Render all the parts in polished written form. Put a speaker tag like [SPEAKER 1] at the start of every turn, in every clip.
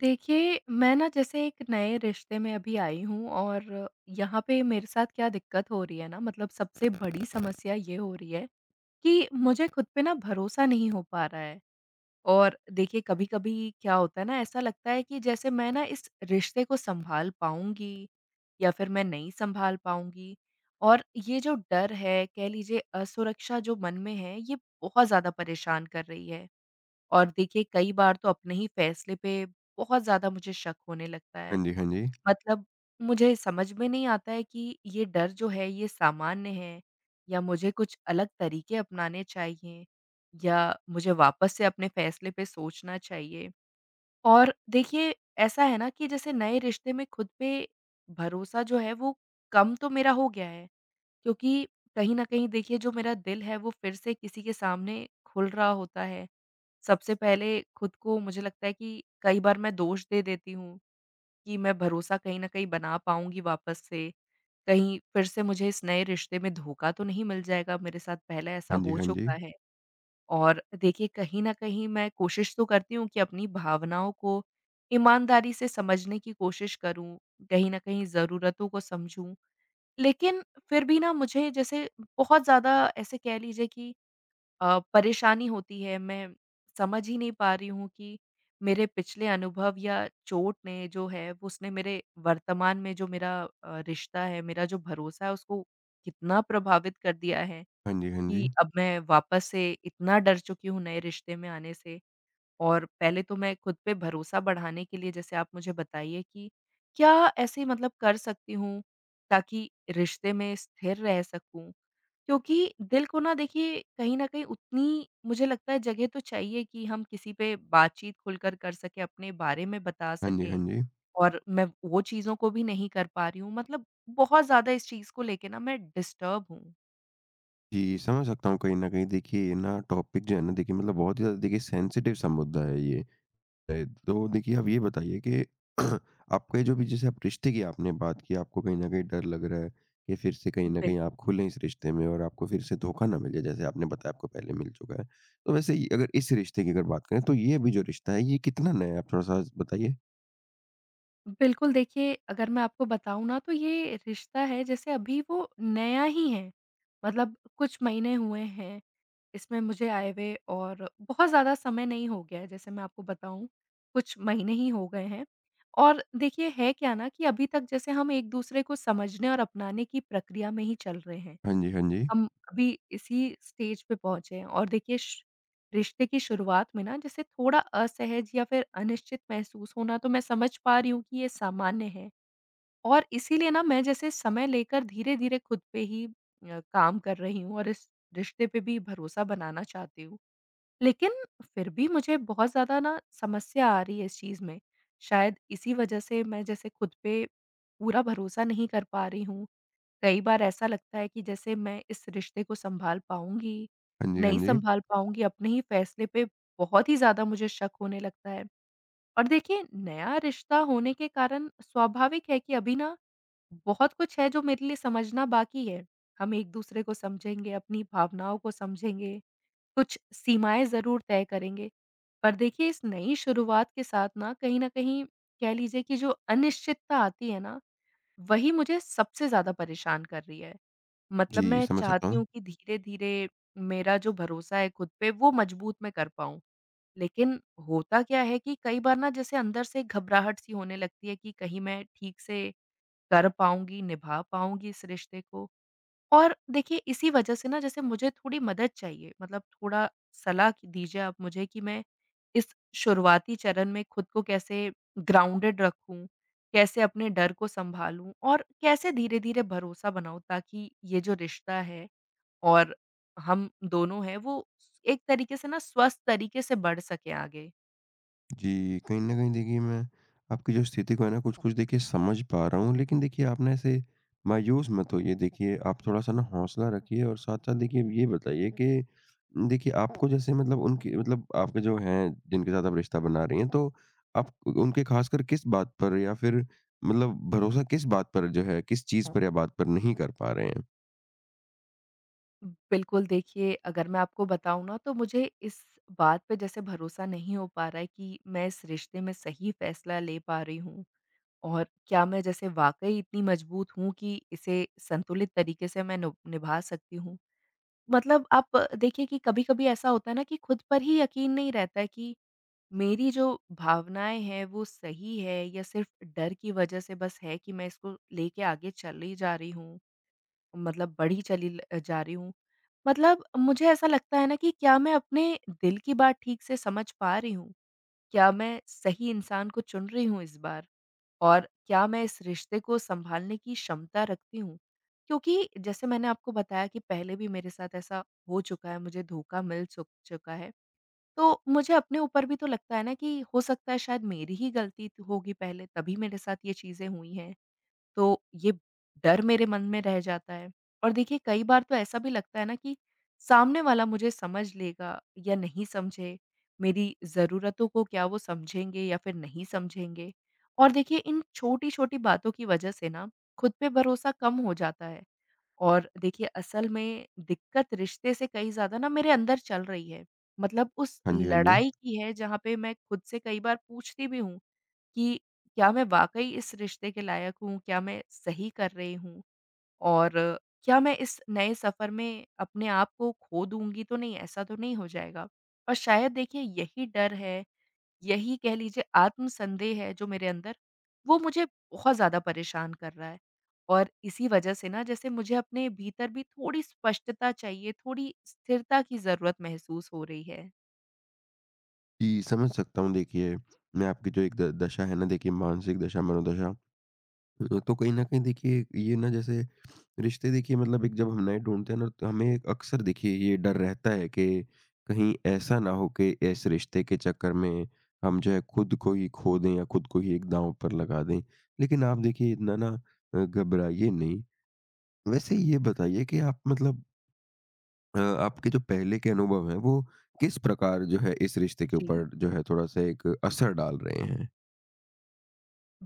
[SPEAKER 1] देखिए, मैं ना जैसे एक नए रिश्ते में अभी आई हूँ और यहाँ पे मेरे साथ क्या दिक्कत हो रही है ना, मतलब सबसे बड़ी समस्या ये हो रही है कि मुझे खुद पे ना भरोसा नहीं हो पा रहा है। और देखिए, कभी-कभी क्या होता है ना, ऐसा लगता है कि जैसे मैं ना इस रिश्ते को सँभाल पाऊँगी या फिर मैं नहीं सँभाल पाऊँगी। और ये जो डर है, कह लीजिए असुरक्षा जो मन में है, ये बहुत ज़्यादा परेशान कर रही है। और देखिए, कई बार तो अपने ही फ़ैसले पे बहुत ज़्यादा मुझे शक होने लगता है।
[SPEAKER 2] हाँ जी, हाँ जी।
[SPEAKER 1] मतलब मुझे समझ में नहीं आता है कि ये डर जो है, ये सामान्य है, या मुझे कुछ अलग तरीके अपनाने चाहिए, या मुझे वापस से अपने फ़ैसले पे सोचना चाहिए। और देखिए, ऐसा है ना कि जैसे नए रिश्ते में खुद पे भरोसा जो है वो कम तो मेरा हो गया है, क्योंकि कहीं न कहीं देखिए, जो मेरा दिल है वो फिर से किसी के सामने खुल रहा होता है। सबसे पहले खुद को मुझे लगता है कि कई बार मैं दोष दे देती हूँ कि मैं भरोसा कहीं न कहीं बना पाऊँगी वापस से। कहीं फिर से मुझे इस नए रिश्ते में धोखा तो नहीं मिल जाएगा, मेरे साथ पहले ऐसा
[SPEAKER 2] हाँ जी,
[SPEAKER 1] हो
[SPEAKER 2] हाँ जी।
[SPEAKER 1] चुका है। और देखिए, कहीं न कहीं मैं कोशिश तो करती हूँ कि अपनी भावनाओं को ईमानदारी से समझने की कोशिश करूँ, कहीं न कहीं ज़रूरतों को समझूँ। लेकिन फिर भी ना मुझे जैसे बहुत ज़्यादा, ऐसे कह लीजिए कि परेशानी होती है। मैं समझ ही नहीं पा रही हूँ कि मेरे पिछले अनुभव या चोट ने जो है वो, उसने मेरे वर्तमान में जो मेरा रिश्ता है, मेरा जो भरोसा है उसको कितना प्रभावित कर दिया है,
[SPEAKER 2] हाँ जी, हाँ जी।
[SPEAKER 1] कि अब मैं वापस से इतना डर चुकी हूँ नए रिश्ते में आने से। और पहले तो मैं खुद पे भरोसा बढ़ाने के लिए, जैसे आप मुझे बताइए कि क्या ऐसे मतलब कर सकती हूँ ताकि रिश्ते में स्थिर रह सकूँ? क्योंकि दिल को ना देखिए, कहीं न कहीं उतनी मुझे लगता है जगह तो चाहिए कि हम किसी पे बातचीत खुलकर कर सकें, अपने बारे में बता
[SPEAKER 2] हाँ जी, हाँ
[SPEAKER 1] सकें,
[SPEAKER 2] जी।
[SPEAKER 1] और मैं वो चीज़ों को भी नहीं कर पा रही हूँ। मतलब बहुत ज़्यादा इस चीज़ को लेके ना मैं डिस्टर्ब हूँ।
[SPEAKER 2] जी, समझ सकता हूँ। कहीं न कहीं देखिए ये ना टॉपिक जो है ना, देखिए मतलब बहुत ही ज़्यादा देखिए सेंसिटिव सा मुद्दा है ये। तो देखिए आप ये बताइए कि आपका ये जो भी जैसे आप रिश्ते की आपने बात की, आपको कहीं न कहीं डर लग रहा है कि फिर से कहीं न कहीं आप खुलें इस रिश्ते में और आपको फिर से धोखा ना मिले जैसे आपने बताया आपको पहले मिल चुका है। तो वैसे ये अगर इस रिश्ते की अगर बात करें तो ये अभी जो रिश्ता है ये कितना नया है आप थोड़ा-सा बताइए?
[SPEAKER 1] बिल्कुल, देखिए, अगर मैं आपको बताऊँ ना, तो ये रिश्ता है जैसे अभी वो नया ही है। मतलब कुछ महीने हुए हैं, इसमें मुझे आए हुए और बहुत ज़्यादा समय नहीं हो गया है, जैसे मैं आपको बताऊँ, कुछ महीने ही हो गए हैं। और देखिए, है क्या ना कि अभी तक जैसे हम एक-दूसरे को समझने और अपनाने की प्रक्रिया में ही चल रहे हैं।
[SPEAKER 2] हाँ जी, हाँ जी।
[SPEAKER 1] हम अभी इसी स्टेज पे पहुँचे हैं, और देखिए, श रिश्ते की शुरुआत में ना जैसे थोड़ा असहज या फिर अनिश्चित महसूस होना, तो मैं समझ पा रही हूँ कि ये सामान्य है। और इसीलिए ना मैं जैसे समय लेकर धीरे-धीरे खुद पे ही काम कर रही हूँ, और इस रिश्ते पे भी भरोसा बनाना चाहती हूँ। लेकिन फिर भी मुझे बहुत ज़्यादा ना समस्या आ रही है इस चीज़ में। शायद इसी वज़ह से मैं जैसे खुद पे पूरा भरोसा नहीं कर पा रही हूँ। कई बार ऐसा लगता है कि जैसे मैं इस रिश्ते को सँभाल पाऊँगी,
[SPEAKER 2] हाँ जी, हाँ
[SPEAKER 1] नहीं
[SPEAKER 2] जी।
[SPEAKER 1] सँभाल पाऊँगी, अपने ही फैसले पे बहुत ही ज़्यादा मुझे शक होने लगता है। और देखिए, नया रिश्ता होने के कारण स्वाभाविक है कि अभी ना बहुत कुछ है जो मेरे लिए समझना बाकी है। हम एक-दूसरे को समझेंगे, अपनी भावनाओं को समझेंगे, कुछ सीमाएँ ज़रूर तय करेंगे। पर देखिए, इस नई शुरुआत के साथ ना कहीं न कहीं, कह लीजिए कि जो अनिश्चितता आती है ना, वही मुझे सबसे ज़्यादा परेशान कर रही है। मतलब
[SPEAKER 2] जी,
[SPEAKER 1] मैं
[SPEAKER 2] समझ सकता
[SPEAKER 1] चाहती
[SPEAKER 2] हूँ।
[SPEAKER 1] हूँ कि धीरे-धीरे मेरा जो भरोसा है खुद पे, वो मजबूत मैं कर पाऊँ। लेकिन होता क्या है कि कई बार ना जैसे अंदर से घबराहट सी होने लगती है कि कहीं मैं ठीक से कर पाऊँगी, निभा पाऊँगी इस रिश्ते को? और देखिए, इसी वजह से ना जैसे मुझे थोड़ी मदद चाहिए, मतलब थोड़ा सलाह की दीजिए आप मुझे कि मैं इस शुरुआती चरण में खुद को कैसे ग्राउंडेड रखूँ? कैसे अपने डर को सँभालूँ? और कैसे धीरे-धीरे भरोसा बनाऊँ, ताकि ये जो रिश्ता है और हम दोनों हैं, वो एक तरीके से ना, स्वस्थ तरीके से बढ़ सकें आगे।
[SPEAKER 2] जी, कहीं न कहीं देखिए मैं आपकी जो स्थिति को है ना कुछ-कुछ देखिए समझ पा रहा हूँ, लेकिन देखिए आप ना ऐसे मायूस मत होइए देखिए, आप थोड़ा-सा ना हौसला रखिए और साथ-साथ देखिए ये बताइए कि देखिए आपको जैसे मतलब उनकी मतलब आपके जो हैं, जिनके साथ आप रिश्ता बना रही हैं, तो आप उनके ख़ासकर किस बात पर या फिर मतलब भरोसा किस बात पर जो है, किस चीज़ पर या बात पर नहीं कर पा रहे हैं?
[SPEAKER 1] बिल्कुल देखिए, अगर मैं आपको बताऊँ ना, तो मुझे इस बात पे जैसे भरोसा नहीं हो पा रहा है कि मैं इस रिश्ते में सही फ़ैसला ले पा रही हूँ, और क्या मैं जैसे वाक़ई इतनी मजबूत हूँ कि इसे संतुलित तरीके से मैं नु निभा सकती हूँ। मतलब आप देखिए कि कभी-कभी ऐसा होता है ना कि खुद पर ही यकीन नहीं रहता है कि मेरी जो भावनाएँ हैं वो सही है, या सिर्फ़ डर की वज़ह से बस है कि मैं इसको लेके आगे चली जा रही हूँ, मतलब बढ़ी चली ल जा रही हूँ। मतलब मुझे ऐसा लगता है ना कि क्या मैं अपने दिल की बात ठीक से समझ पा रही हूँ? क्या मैं सही इंसान को चुन रही हूँ इस बार? और क्या मैं इस रिश्ते को सँभालने की क्षमता रखती हूँ? क्योंकि जैसे मैंने आपको बताया कि पहले भी मेरे साथ ऐसा हो चुका है, मुझे धोखा मिल चुका है। तो मुझे अपने ऊपर भी तो लगता है ना कि हो सकता है शायद मेरी ही गलती थ होगी पहले, तभी मेरे साथ ये चीज़ें हुई हैं, तो ये डर मेरे मन में रह जाता है। और देखिए, कई बार तो ऐसा भी लगता है ना कि सामने वाला मुझे समझ लेगा या नहीं समझे, मेरी ज़रूरतों को क्या वो समझेंगे या फिर नहीं समझेंगे। और देखिए, इन छोटी-छोटी बातों की वजह से ना खुद पे भरोसा कम हो जाता है, और देखिए, असल में दिक्कत रिश्ते से कहीं ज़्यादा ना मेरे अंदर चल रही है। मतलब उस
[SPEAKER 2] हाँ जी, हाँ जी।
[SPEAKER 1] लड़ाई की है, जहाँ पे मैं खुद से कई बार पूछती भी हूँ कि क्या मैं वाक़ई इस रिश्ते के लायक हूँ? क्या मैं सही कर रही हूँ? और क्या मैं इस नए सफ़र में अपने आप को खो दूँगी, तो नहीं, ऐसा तो नहीं हो जाएगा? और शायद देखिए, यही डर है, यही कह लीजिए आत्मसंदेह है जो मेरे अंदर, वो मुझे बहुत ज़्यादा परेशान कर रहा है। और इसी वजह से ना जैसे मुझे अपने भीतर भी थोड़ी स्पष्टता चाहिए, थोड़ी स्थिरता की ज़रूरत महसूस हो रही है।
[SPEAKER 2] जी, समझ सकता हूँ देखिए, मैं आपकी जो एक द दशा है ना, देखिए मानसिक दशा, मनोदशा। तो कहीं न कहीं देखिए ये ना जैसे रिश्ते देखिए मतलब एक जब हम नए ढूँढते हैं ना तो हमें एक अक्सर देखिए ये डर रहता है कि कहीं ऐसा ना हो कि इस रिश्ते के चक्कर में हम जो है खुद को ही खो दें या खुद को ही एक दाँव पर लगा दें। लेकिन आप देखिए इतना ना घबराइए नहीं। वैसे ये बताइए कि आप मतलब आपके जो पहले के अनुभव हैं वो किस प्रकार जो है इस रिश्ते के
[SPEAKER 1] जी।
[SPEAKER 2] ऊपर जो है थोड़ा-सा एक असर डाल रहे हैं?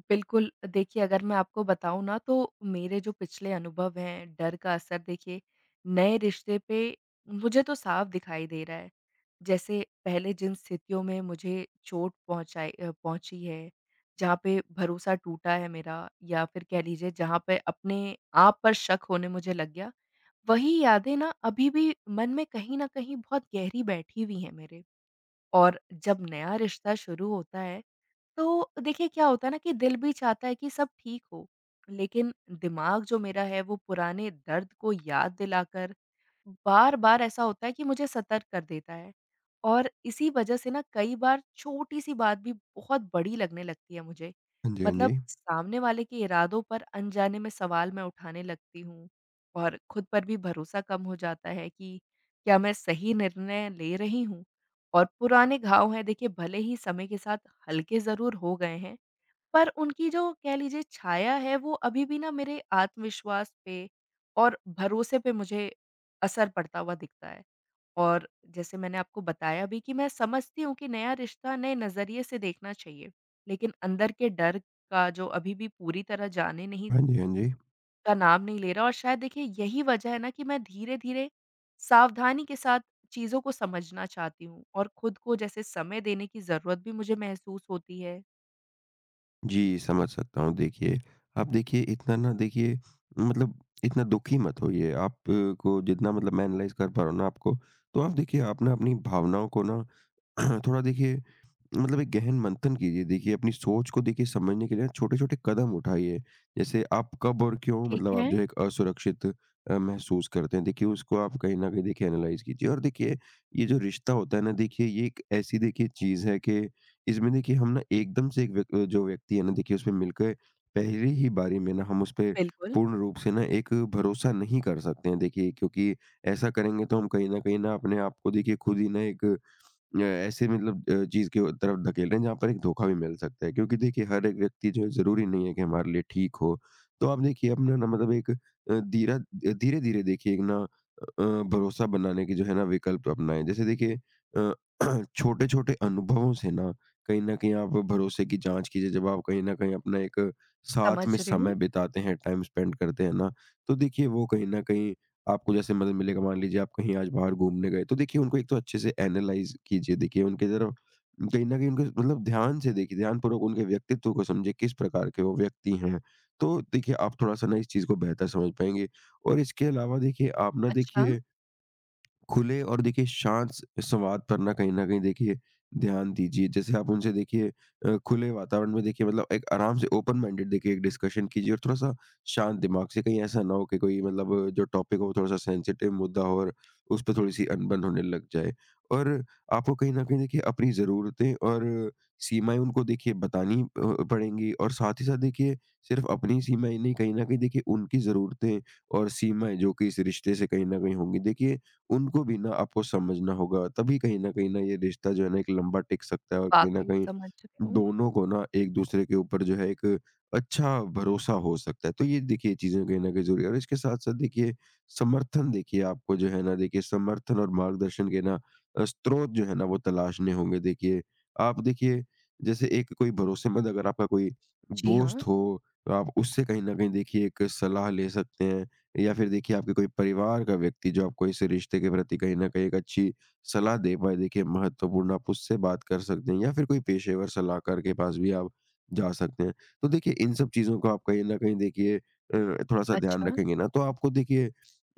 [SPEAKER 1] बिल्कुल, देखिए, अगर मैं आपको बताऊँ ना, तो मेरे जो पिछले अनुभव हैं, डर का असर देखिए नए रिश्ते पे मुझे तो साफ दिखाई दे रहा है। जैसे पहले जिन स्थितियों में मुझे चोट पहुँची है, जहाँ पे भरोसा टूटा है मेरा, या फिर कह लीजिए जहाँ पे अपने आप पर शक होने मुझे लग गया, वही यादें ना अभी भी मन में कहीं न कहीं बहुत गहरी बैठी हुई हैं मेरे। और जब नया रिश्ता शुरू होता है, तो देखिए क्या होता है ना कि दिल भी चाहता है कि सब ठीक हो, लेकिन दिमाग जो मेरा है वो पुराने दर्द को याद दिलाकर बार-बार ऐसा होता है कि मुझे सतर्क कर देता है। और इसी वजह से ना कई बार छोटी-सी बात भी बहुत बड़ी लगने लगती है मुझे।
[SPEAKER 2] हाँ जी, हाँ
[SPEAKER 1] मतलब
[SPEAKER 2] जी।
[SPEAKER 1] सामने वाले के इरादों पर अनजाने में सवाल मैं उठाने लगती हूँ, और खुद पर भी भरोसा कम हो जाता है कि क्या मैं सही निर्णय ले रही हूँ? और पुराने घाव हैं देखिए, भले ही समय के साथ हल्के ज़रूर हो गए हैं, पर उनकी जो कह लीजिए छाया है, वो अभी भी ना मेरे आत्मविश्वास पे और भरोसे पे मुझे असर पड़ता हुआ दिखता है। और जैसे मैंने आपको बताया भी कि मैं समझती हूँ कि नया रिश्ता नए नज़रिए से देखना चाहिए, लेकिन अंदर के डर का जो अभी भी पूरी तरह जाने नहीं,
[SPEAKER 2] हाँ जी, हाँ जी।
[SPEAKER 1] का नाम नहीं ले रहा, और शायद देखिए, यही वजह है ना कि मैं धीरे-धीरे, सावधानी के साथ चीज़ों को समझना चाहती हूँ, और खुद को जैसे समय देने की ज़रूरत भी मुझे महसूस होती है।
[SPEAKER 2] जी, समझ सकता हूँ। देखिए, आप देखिए इतना ना देखिए मतलब इतना दुखी मत होइए। आप को जितना मतलब मैं एनालाइज़ कर पा रहा हूँ ना आपको, तो आप देखिए आप ना अपनी भावनाओं को ना थोड़ा देखिए मतलब एक गहन मंथन कीजिए, देखिए अपनी सोच को देखिए समझने के लिए छोटे-छोटे कदम उठाइए। जैसे आप कब और क्यों
[SPEAKER 1] ठीक
[SPEAKER 2] मतलब आप
[SPEAKER 1] है।
[SPEAKER 2] जो है एक असुरक्षित महसूस करते हैं देखिए उसको आप कहीं न कहीं देखिए एनालाइज़ कीजिए और देखिए ये जो रिश्ता होता है ना देखिए ये एक ऐसी देखिए चीज़ है कि इसमें देखिए हम ना एकदम से एक व्यक जो व्यक्ति है ना देखिए उसपे मिलके पहली ही बारी में ना हम उसपे
[SPEAKER 1] बिल्कुल,
[SPEAKER 2] पूर्ण रूप से ना एक भरोसा नहीं कर सकते हैं देखिए क्योंकि ऐसा करेंगे तो हम कहीं न कहीं ना अपने आप को देखिए खुद ही ना एक ऐसे मतलब चीज़ की तरफ धकेल रहे हैं जहाँ पर एक धोखा भी मिल सकता है क्योंकि देखिए हर एक व्यक्ति जो है ज़रूरी नहीं है कि हमारे लिए ठीक हो। तो आप देखिए अपना ना मतलब एक अ, धीरा धीरे-धीरे देखिए एक ना भरोसा बनाने के जो है ना विकल्प अपनाएँ। जैसे देखिए अ, छोटे-छोटे अनुभवों से ना कहीं न कहीं आप भरोसे की जाँच कीजिए। जब आप कहीं न कहीं अपना एक साथ
[SPEAKER 1] समझ
[SPEAKER 2] में
[SPEAKER 1] रही हूँ।
[SPEAKER 2] समय बिताते हैं, टाइम स्पेंड करते हैं ना, तो देखिए वो कहीं न कहीं आपको जैसे मदद मिलेगा। मान लीजिए आप कहीं आज बाहर घूमने गए तो देखिए उनको एक तो अच्छे से एनालाइज कीजिए, देखिए उनके तरफ कहीं न कहीं उनके मतलब ध्यान से देखिए, ध्यानपूर्वक उनके व्यक्तित्व को समझिए किस प्रकार के वो व्यक्ति हैं। तो देखिए आप थोड़ा-सा ना इस चीज़ को बेहतर समझ पाएँगे और इसके अलावा देखिए आप ना
[SPEAKER 1] अच्छा,
[SPEAKER 2] देखिए खुले और देखिए शांत संवाद पर ना कहीं देखिए ध्यान दीजिए। जैसे आप उनसे देखिए खुले वातावरण में देखिए मतलब एक आराम से ओपन माइंडेड देखिए एक डिस्कशन कीजिए और थोड़ा सा शांत दिमाग से, कहीं ऐसा ना हो कि कोई मतलब जो टॉपिक हो थोड़ा सा सेंसिटिव मुद्दा हो और उस पर थोड़ी सी अनबन होने लग जाए। और आपको कहीं ना कहीं देखिए अपनी ज़रूरतें और सीमाएं उनको देखिए बतानी पड़ेंगी और साथ ही साथ देखिए सिर्फ अपनी सीमाएं नहीं, कहीं ना कहीं देखिए उनकी ज़रूरतें और सीमाएं जो कि इस रिश्ते से कहीं ना कहीं होंगी देखिए उनको भी ना आपको समझना होगा, तभी कहीं न कहीं ना ये रिश्ता जो है ना एक लंबा टिक सकता है और कहीं न
[SPEAKER 1] वाक़ई
[SPEAKER 2] कहीं
[SPEAKER 1] समझ रही हूँ।
[SPEAKER 2] दोनों को ना एक-दूसरे के ऊपर जो है एक अच्छा भरोसा हो सकता है। तो ये देखिए चीज़ें कहीं न कहीं ज़रूरी है और इसके साथ-साथ देखिए समर्थन, देखिए आपको जो है ना देखिए समर्थन और मार्गदर्शन के ना स्रोत जो है ना वो तलाशने होंगे देखिए। आप देखिए जैसे एक कोई भरोसेमंद अगर आपका कोई
[SPEAKER 1] जी
[SPEAKER 2] दोस्त
[SPEAKER 1] हाँ।
[SPEAKER 2] हो, तो आप उससे कहीं न कहीं देखिए एक सलाह ले सकते हैं या फिर देखिए आपके कोई परिवार का व्यक्ति जो आपको इस रिश्ते के प्रति कहीं न कहीं एक अच्छी सलाह दे पाए, देखिए महत्वपूर्ण, आप उससे बात कर सकते हैं या फिर कोई पेशेवर सलाहकार के पास भी आप जा सकते हैं। तो देखिए इन सब चीजों को आप कहीं ना कहीं देखिए थोड़ा सा ध्यान
[SPEAKER 1] अच्छा।
[SPEAKER 2] रखेंगे ना तो आपको देखिए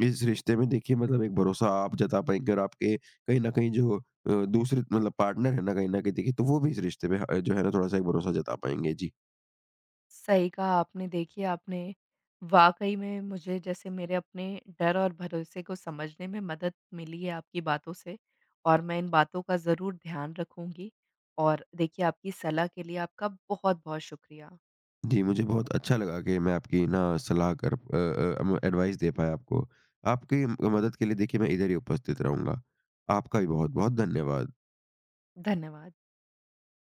[SPEAKER 2] इस रिश्ते में देखिए मतलब एक भरोसा आप जता पाएंगे और आपके कहीं ना कहीं जो दूसरे मतलब पार्टनर है ना कहीं देखिए तो वो भी इस रिश्ते में जो है ना थोड़ा सा एक भरोसा जता पाएंगे जी।
[SPEAKER 1] सही कहा आपने। देखिए, आपने वाक़ई में मुझे जैसे मेरे अपने डर और भरोसे को समझने में मदद मिली है आपकी बातों से, और मैं इन बातों का ज़रूर ध्यान रखूँगी। और देखिए, आपकी सलाह के लिए आपका बहुत-बहुत शुक्रिया।
[SPEAKER 2] जी, मुझे बहुत अच्छा लगा कि मैं आपकी ना सलाह कर अ अ, म एडवाइस दे पाया आपको। आपकी मदद के लिए देखिए मैं इधर ही उपस्थित रहूँगा। आपका भी बहुत-बहुत धन्यवाद।
[SPEAKER 1] धन्यवाद।